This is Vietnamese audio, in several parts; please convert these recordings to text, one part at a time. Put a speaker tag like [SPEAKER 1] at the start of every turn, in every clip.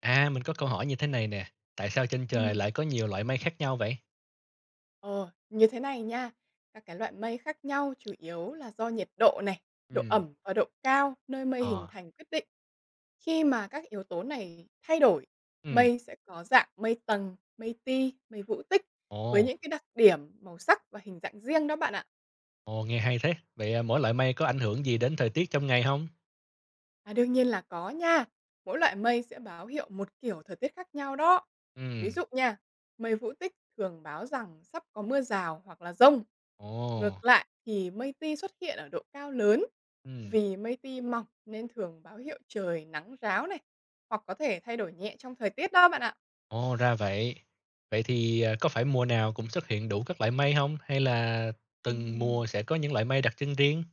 [SPEAKER 1] Mình có câu hỏi như thế này nè, tại sao trên trời
[SPEAKER 2] Ừm,
[SPEAKER 1] lại có nhiều loại mây khác nhau vậy?
[SPEAKER 2] ờ, Như thế này nha, các cái loại mây khác nhau chủ yếu là do nhiệt độ này, độ
[SPEAKER 1] Ừm,
[SPEAKER 2] ẩm và độ cao nơi mây hình
[SPEAKER 1] ờ,
[SPEAKER 2] thành quyết định. Khi mà các yếu tố này thay đổi,
[SPEAKER 1] ừm,
[SPEAKER 2] mây sẽ có dạng mây tầng, mây ti, mây vũ tích với
[SPEAKER 1] ồ,
[SPEAKER 2] những cái đặc điểm, màu sắc và hình dạng riêng đó bạn ạ.
[SPEAKER 1] ồ, nghe hay thế. Vậy, mỗi loại mây có ảnh hưởng gì đến thời tiết trong ngày không?
[SPEAKER 2] À, đương nhiên là có nha. Mỗi loại mây sẽ báo hiệu một kiểu thời tiết khác nhau đó. Ví dụ
[SPEAKER 1] Ừm,
[SPEAKER 2] nha, mây vũ tích thường báo rằng sắp có mưa rào hoặc là rông.
[SPEAKER 1] ồ,
[SPEAKER 2] Ngược lại thì mây ti xuất hiện ở độ cao lớn.
[SPEAKER 1] ừm,
[SPEAKER 2] Vì mây ti mỏng nên thường báo hiệu trời nắng ráo này, hoặc có thể thay đổi nhẹ trong thời tiết đó bạn ạ.
[SPEAKER 1] ồ, ra vậy. Vậy thì, có phải mùa nào cũng xuất hiện đủ các loại mây không? Hay là từng
[SPEAKER 2] Ừm.
[SPEAKER 1] mùa sẽ có những loại mây đặc trưng riêng?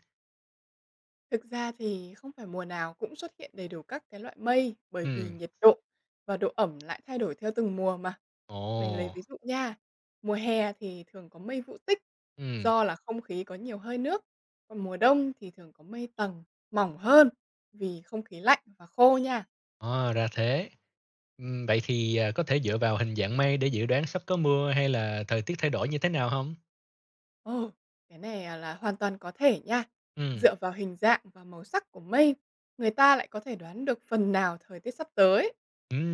[SPEAKER 2] Thực ra thì không phải mùa nào cũng xuất hiện đầy đủ các cái loại mây, bởi vì
[SPEAKER 1] Ừm,
[SPEAKER 2] nhiệt độ và độ ẩm lại thay đổi theo từng mùa mà.
[SPEAKER 1] ồ,
[SPEAKER 2] Mình lấy ví dụ nha, mùa hè thì thường có mây vũ tích,
[SPEAKER 1] ừm,
[SPEAKER 2] do là không khí có nhiều hơi nước, còn mùa đông thì thường có mây tầng mỏng hơn vì không khí lạnh và khô nha.
[SPEAKER 1] à, ra thế. Vậy thì, có thể dựa vào hình dạng mây để dự đoán sắp có mưa hay là thời tiết thay đổi như thế nào không?
[SPEAKER 2] Ồ, cái này, à, là hoàn toàn có thể nha.
[SPEAKER 1] Ừm,
[SPEAKER 2] Dựa vào hình dạng và màu sắc của mây, người ta lại có thể đoán được phần nào thời tiết sắp tới.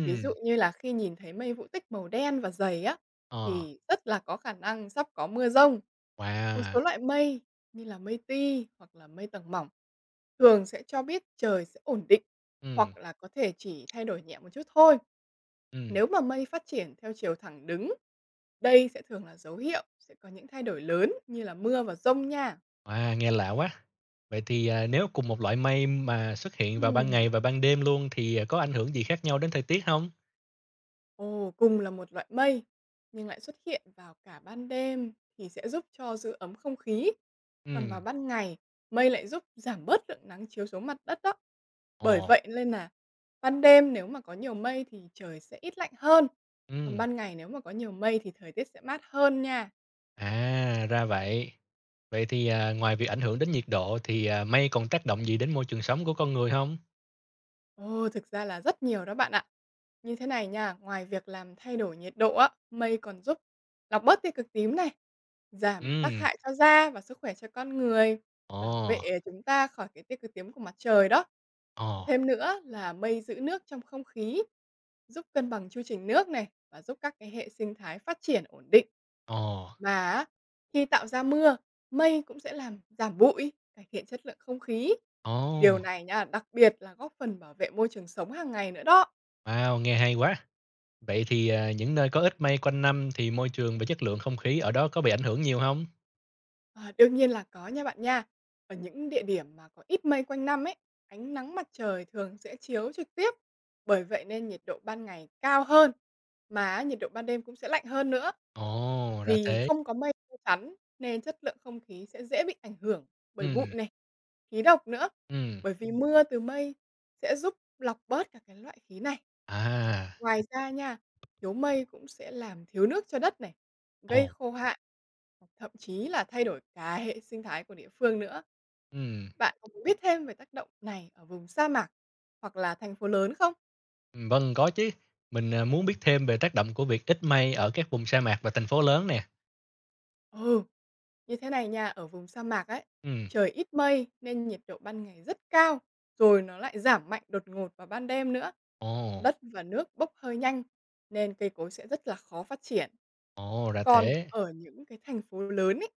[SPEAKER 2] Ví dụ như là khi nhìn thấy mây vũ tích màu đen và dày á,
[SPEAKER 1] ờ,
[SPEAKER 2] thì rất là có khả năng sắp có mưa rông. Một
[SPEAKER 1] wow,
[SPEAKER 2] số loại mây như là mây ti hoặc là mây tầng mỏng thường sẽ cho biết trời sẽ ổn định
[SPEAKER 1] ừm,
[SPEAKER 2] hoặc là có thể chỉ thay đổi nhẹ một chút thôi.
[SPEAKER 1] ừm,
[SPEAKER 2] Nếu mà mây phát triển theo chiều thẳng đứng, đây sẽ thường là dấu hiệu sẽ có những thay đổi lớn như là mưa và rông nha.
[SPEAKER 1] wow, nghe lạ quá! Vậy thì, nếu cùng một loại mây mà xuất hiện vào ban
[SPEAKER 2] Ừm.
[SPEAKER 1] ngày và ban đêm luôn thì, có ảnh hưởng gì khác nhau đến thời tiết không?
[SPEAKER 2] Ồ, cùng là một loại mây nhưng lại xuất hiện vào cả ban đêm thì sẽ giúp cho giữ ấm không khí. Còn
[SPEAKER 1] Ừm,
[SPEAKER 2] vào ban ngày, mây lại giúp giảm bớt lượng nắng chiếu xuống mặt đất đó. Bởi
[SPEAKER 1] ồ,
[SPEAKER 2] vậy nên là ban đêm nếu mà có nhiều mây thì trời sẽ ít lạnh hơn. Còn
[SPEAKER 1] ừm,
[SPEAKER 2] ban ngày nếu mà có nhiều mây thì thời tiết sẽ mát hơn nha.
[SPEAKER 1] à, ra vậy. Vậy thì, ngoài việc ảnh hưởng đến nhiệt độ thì, mây còn tác động gì đến môi trường sống của con người không?
[SPEAKER 2] Ồ, thực ra là rất nhiều đó bạn ạ. Như thế này nha, ngoài việc làm thay đổi nhiệt độ á, mây còn giúp lọc bớt tia cực tím này, giảm tác
[SPEAKER 1] Ừm,
[SPEAKER 2] hại cho da và sức khỏe cho con người, bảo
[SPEAKER 1] ồ,
[SPEAKER 2] vệ chúng ta khỏi cái tia cực tím của mặt trời đó.
[SPEAKER 1] ồ,
[SPEAKER 2] Thêm nữa là mây giữ nước trong không khí, giúp cân bằng chu trình nước này và giúp các cái hệ sinh thái phát triển ổn định.
[SPEAKER 1] ồ,
[SPEAKER 2] Mà á, khi tạo ra mưa, mây cũng sẽ làm giảm bụi, cải thiện chất lượng không khí. Điều
[SPEAKER 1] ồ,
[SPEAKER 2] này nha, đặc biệt là góp phần bảo vệ môi trường sống hàng ngày nữa đó.
[SPEAKER 1] wow, nghe hay quá! Vậy thì, những nơi có ít mây quanh năm thì môi trường và chất lượng không khí ở đó có bị ảnh hưởng nhiều không?
[SPEAKER 2] Ờ, đương nhiên là có nha bạn nha. Ở những địa điểm mà có ít mây quanh năm ấy, ánh nắng mặt trời thường sẽ chiếu trực tiếp, bởi vậy nên nhiệt độ ban ngày cao hơn, mà nhiệt độ ban đêm cũng sẽ lạnh hơn nữa.
[SPEAKER 1] Ồ, ra
[SPEAKER 2] Vì
[SPEAKER 1] thế.
[SPEAKER 2] không có mây che chắn nên chất lượng không khí sẽ dễ bị ảnh hưởng bởi bụi
[SPEAKER 1] Ừm,
[SPEAKER 2] này, khí độc nữa,
[SPEAKER 1] ừm,
[SPEAKER 2] bởi vì mưa từ mây sẽ giúp lọc bớt cả cái loại khí này.
[SPEAKER 1] à,
[SPEAKER 2] Ngoài ra nha, thiếu mây cũng sẽ làm thiếu nước cho đất này, gây
[SPEAKER 1] ồ,
[SPEAKER 2] khô hạn, hoặc thậm chí là thay đổi cả hệ sinh thái của địa phương nữa.
[SPEAKER 1] ừm,
[SPEAKER 2] Bạn có muốn biết thêm về tác động này ở vùng sa mạc hoặc là thành phố lớn không?
[SPEAKER 1] vâng, có chứ. Mình, muốn biết thêm về tác động của việc ít mây ở các vùng sa mạc và thành phố lớn nè.
[SPEAKER 2] Ừ, như thế này nha, ở vùng sa mạc ấy,
[SPEAKER 1] Ừm,
[SPEAKER 2] trời ít mây nên nhiệt độ ban ngày rất cao, rồi nó lại giảm mạnh đột ngột vào ban đêm nữa.
[SPEAKER 1] ồ,
[SPEAKER 2] Đất và nước bốc hơi nhanh nên cây cối sẽ rất là khó phát triển.
[SPEAKER 1] ồ, ra
[SPEAKER 2] Còn
[SPEAKER 1] thế.
[SPEAKER 2] ở những cái thành phố lớn ấy,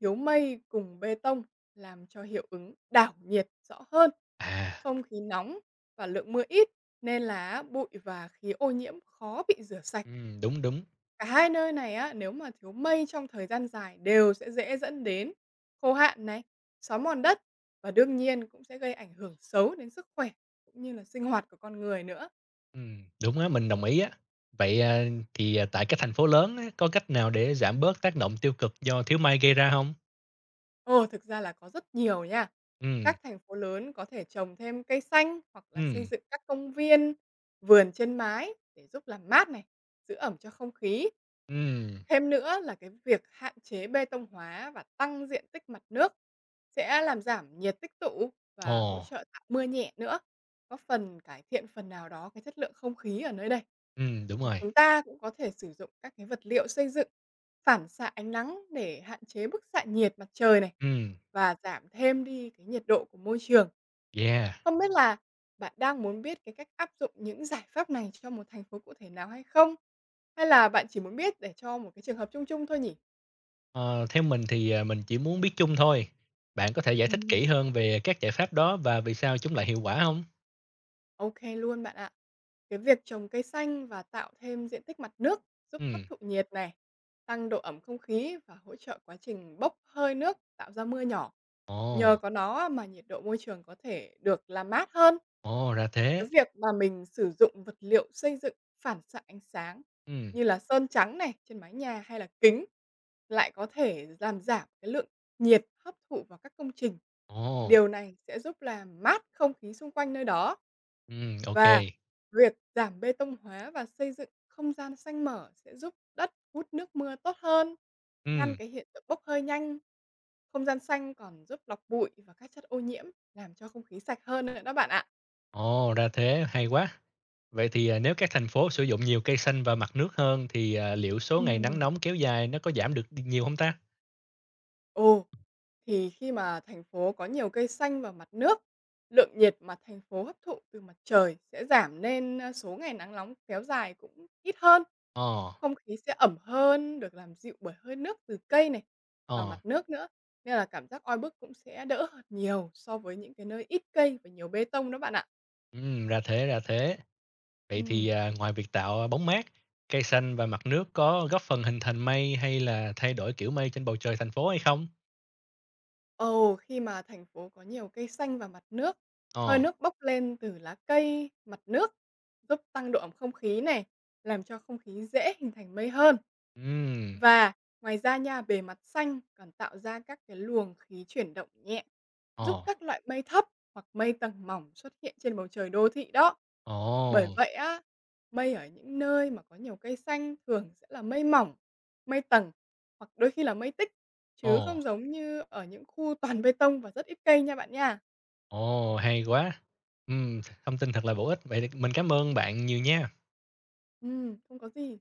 [SPEAKER 2] thiếu mây cùng bê tông làm cho hiệu ứng đảo nhiệt rõ hơn.
[SPEAKER 1] À,
[SPEAKER 2] Không khí nóng và lượng mưa ít nên là bụi và khí ô nhiễm khó bị rửa sạch.
[SPEAKER 1] đúng, đúng,
[SPEAKER 2] Cả hai nơi này á, nếu mà thiếu mây trong thời gian dài đều sẽ dễ dẫn đến khô hạn này, xói mòn đất và đương nhiên cũng sẽ gây ảnh hưởng xấu đến sức khỏe cũng như là sinh hoạt của con người nữa.
[SPEAKER 1] đúng á, mình đồng ý á. Vậy, tại các thành phố lớn á, có cách nào để giảm bớt tác động tiêu cực do thiếu mây gây ra hông?
[SPEAKER 2] Ồ, thực ra là có rất nhiều nha.
[SPEAKER 1] Ừm,
[SPEAKER 2] Các thành phố lớn có thể trồng thêm cây xanh hoặc là xây
[SPEAKER 1] ừm,
[SPEAKER 2] dựng các công viên, vườn trên mái để giúp làm mát này, giữ ẩm cho không khí.
[SPEAKER 1] ừm,
[SPEAKER 2] Thêm nữa là cái việc hạn chế bê tông hóa và tăng diện tích mặt nước sẽ làm giảm nhiệt tích tụ và hỗ
[SPEAKER 1] ồ,
[SPEAKER 2] trợ tạo mưa nhẹ nữa, góp phần cải thiện phần nào đó cái chất lượng không khí ở nơi đây.
[SPEAKER 1] đúng rồi,
[SPEAKER 2] Chúng ta cũng có thể sử dụng các cái vật liệu xây dựng phản xạ ánh nắng để hạn chế bức xạ nhiệt mặt trời này
[SPEAKER 1] ừm,
[SPEAKER 2] và giảm thêm đi cái nhiệt độ của môi trường.
[SPEAKER 1] yeah.
[SPEAKER 2] Không biết là bạn đang muốn biết cái cách áp dụng những giải pháp này cho một thành phố cụ thể nào hay không? Hay là bạn chỉ muốn biết để cho một cái trường hợp chung chung thôi nhỉ?
[SPEAKER 1] Ờ, theo mình thì, mình chỉ muốn biết chung thôi. Bạn có thể giải
[SPEAKER 2] Ừ.
[SPEAKER 1] thích kỹ hơn về các giải pháp đó và vì sao chúng lại hiệu quả không?
[SPEAKER 2] OK luôn bạn ạ. Cái việc trồng cây xanh và tạo thêm diện tích mặt nước giúp
[SPEAKER 1] Ừm.
[SPEAKER 2] hấp thụ nhiệt này, tăng độ ẩm không khí và hỗ trợ quá trình bốc hơi nước tạo ra mưa nhỏ. Nhờ
[SPEAKER 1] Ồ,
[SPEAKER 2] có nó mà nhiệt độ môi trường có thể được làm mát hơn.
[SPEAKER 1] ồ, ra
[SPEAKER 2] Cái
[SPEAKER 1] thế.
[SPEAKER 2] việc mà mình sử dụng vật liệu xây dựng phản xạ ánh sáng
[SPEAKER 1] Ừm,
[SPEAKER 2] như là sơn trắng này trên mái nhà hay là kính lại có thể làm giảm cái lượng nhiệt hấp thụ vào các công trình.
[SPEAKER 1] ồ,
[SPEAKER 2] Điều này sẽ giúp làm mát không khí xung quanh nơi đó.
[SPEAKER 1] ô kê.
[SPEAKER 2] Và việc giảm bê tông hóa và xây dựng không gian xanh mở sẽ giúp đất hút nước mưa tốt hơn, ngăn cái hiện tượng bốc hơi nhanh. Không gian xanh còn giúp lọc bụi và các chất ô nhiễm, làm cho không khí sạch hơn nữa đó bạn ạ.
[SPEAKER 1] Ồ, ra thế, hay quá. Vậy thì, nếu các thành phố sử dụng nhiều cây xanh và mặt nước hơn thì, liệu số
[SPEAKER 2] Ừ.
[SPEAKER 1] ngày nắng nóng kéo dài nó có giảm được đ nhiều không ta?
[SPEAKER 2] Ồ, thì khi mà thành phố có nhiều cây xanh và mặt nước, lượng nhiệt mà thành phố hấp thụ từ mặt trời sẽ giảm nên số ngày nắng nóng kéo dài cũng ít hơn.
[SPEAKER 1] Ờ,
[SPEAKER 2] Không khí sẽ ẩm hơn, được làm dịu bởi hơi nước từ cây này và mặt
[SPEAKER 1] ờ,
[SPEAKER 2] nước nữa. Nên là cảm giác oi bức cũng sẽ đỡ hơn nhiều so với những cái nơi ít cây và nhiều bê tông đó bạn ạ.
[SPEAKER 1] ra thế, ra thế. Vậy thì,
[SPEAKER 2] Ừ.
[SPEAKER 1] ngoài việc tạo bóng mát, cây xanh và mặt nước có góp phần hình thành mây hay là thay đổi kiểu mây trên bầu trời thành phố hay không?
[SPEAKER 2] Ồ, khi mà thành phố có nhiều cây xanh và mặt nước, hơi
[SPEAKER 1] Ờ,
[SPEAKER 2] nước bốc lên từ lá cây, mặt nước giúp tăng độ ẩm không khí này, làm cho không khí dễ hình thành mây hơn.
[SPEAKER 1] ừm,
[SPEAKER 2] Và ngoài ra nha, bề mặt xanh còn tạo ra các cái luồng khí chuyển động nhẹ, giúp
[SPEAKER 1] ờ,
[SPEAKER 2] các loại mây thấp hoặc mây tầng mỏng xuất hiện trên bầu trời đô thị đó. Bởi
[SPEAKER 1] ồ,
[SPEAKER 2] vậy á, mây ở những nơi mà có nhiều cây xanh thường sẽ là mây mỏng, mây tầng hoặc đôi khi là mây tích, chứ
[SPEAKER 1] ồ,
[SPEAKER 2] không giống như ở những khu toàn bê tông và rất ít cây nha bạn nha.
[SPEAKER 1] ồ, hay quá! Thông tin thật là bổ ích. Vậy thì mình cảm ơn bạn nhiều nha.
[SPEAKER 2] Không có gì.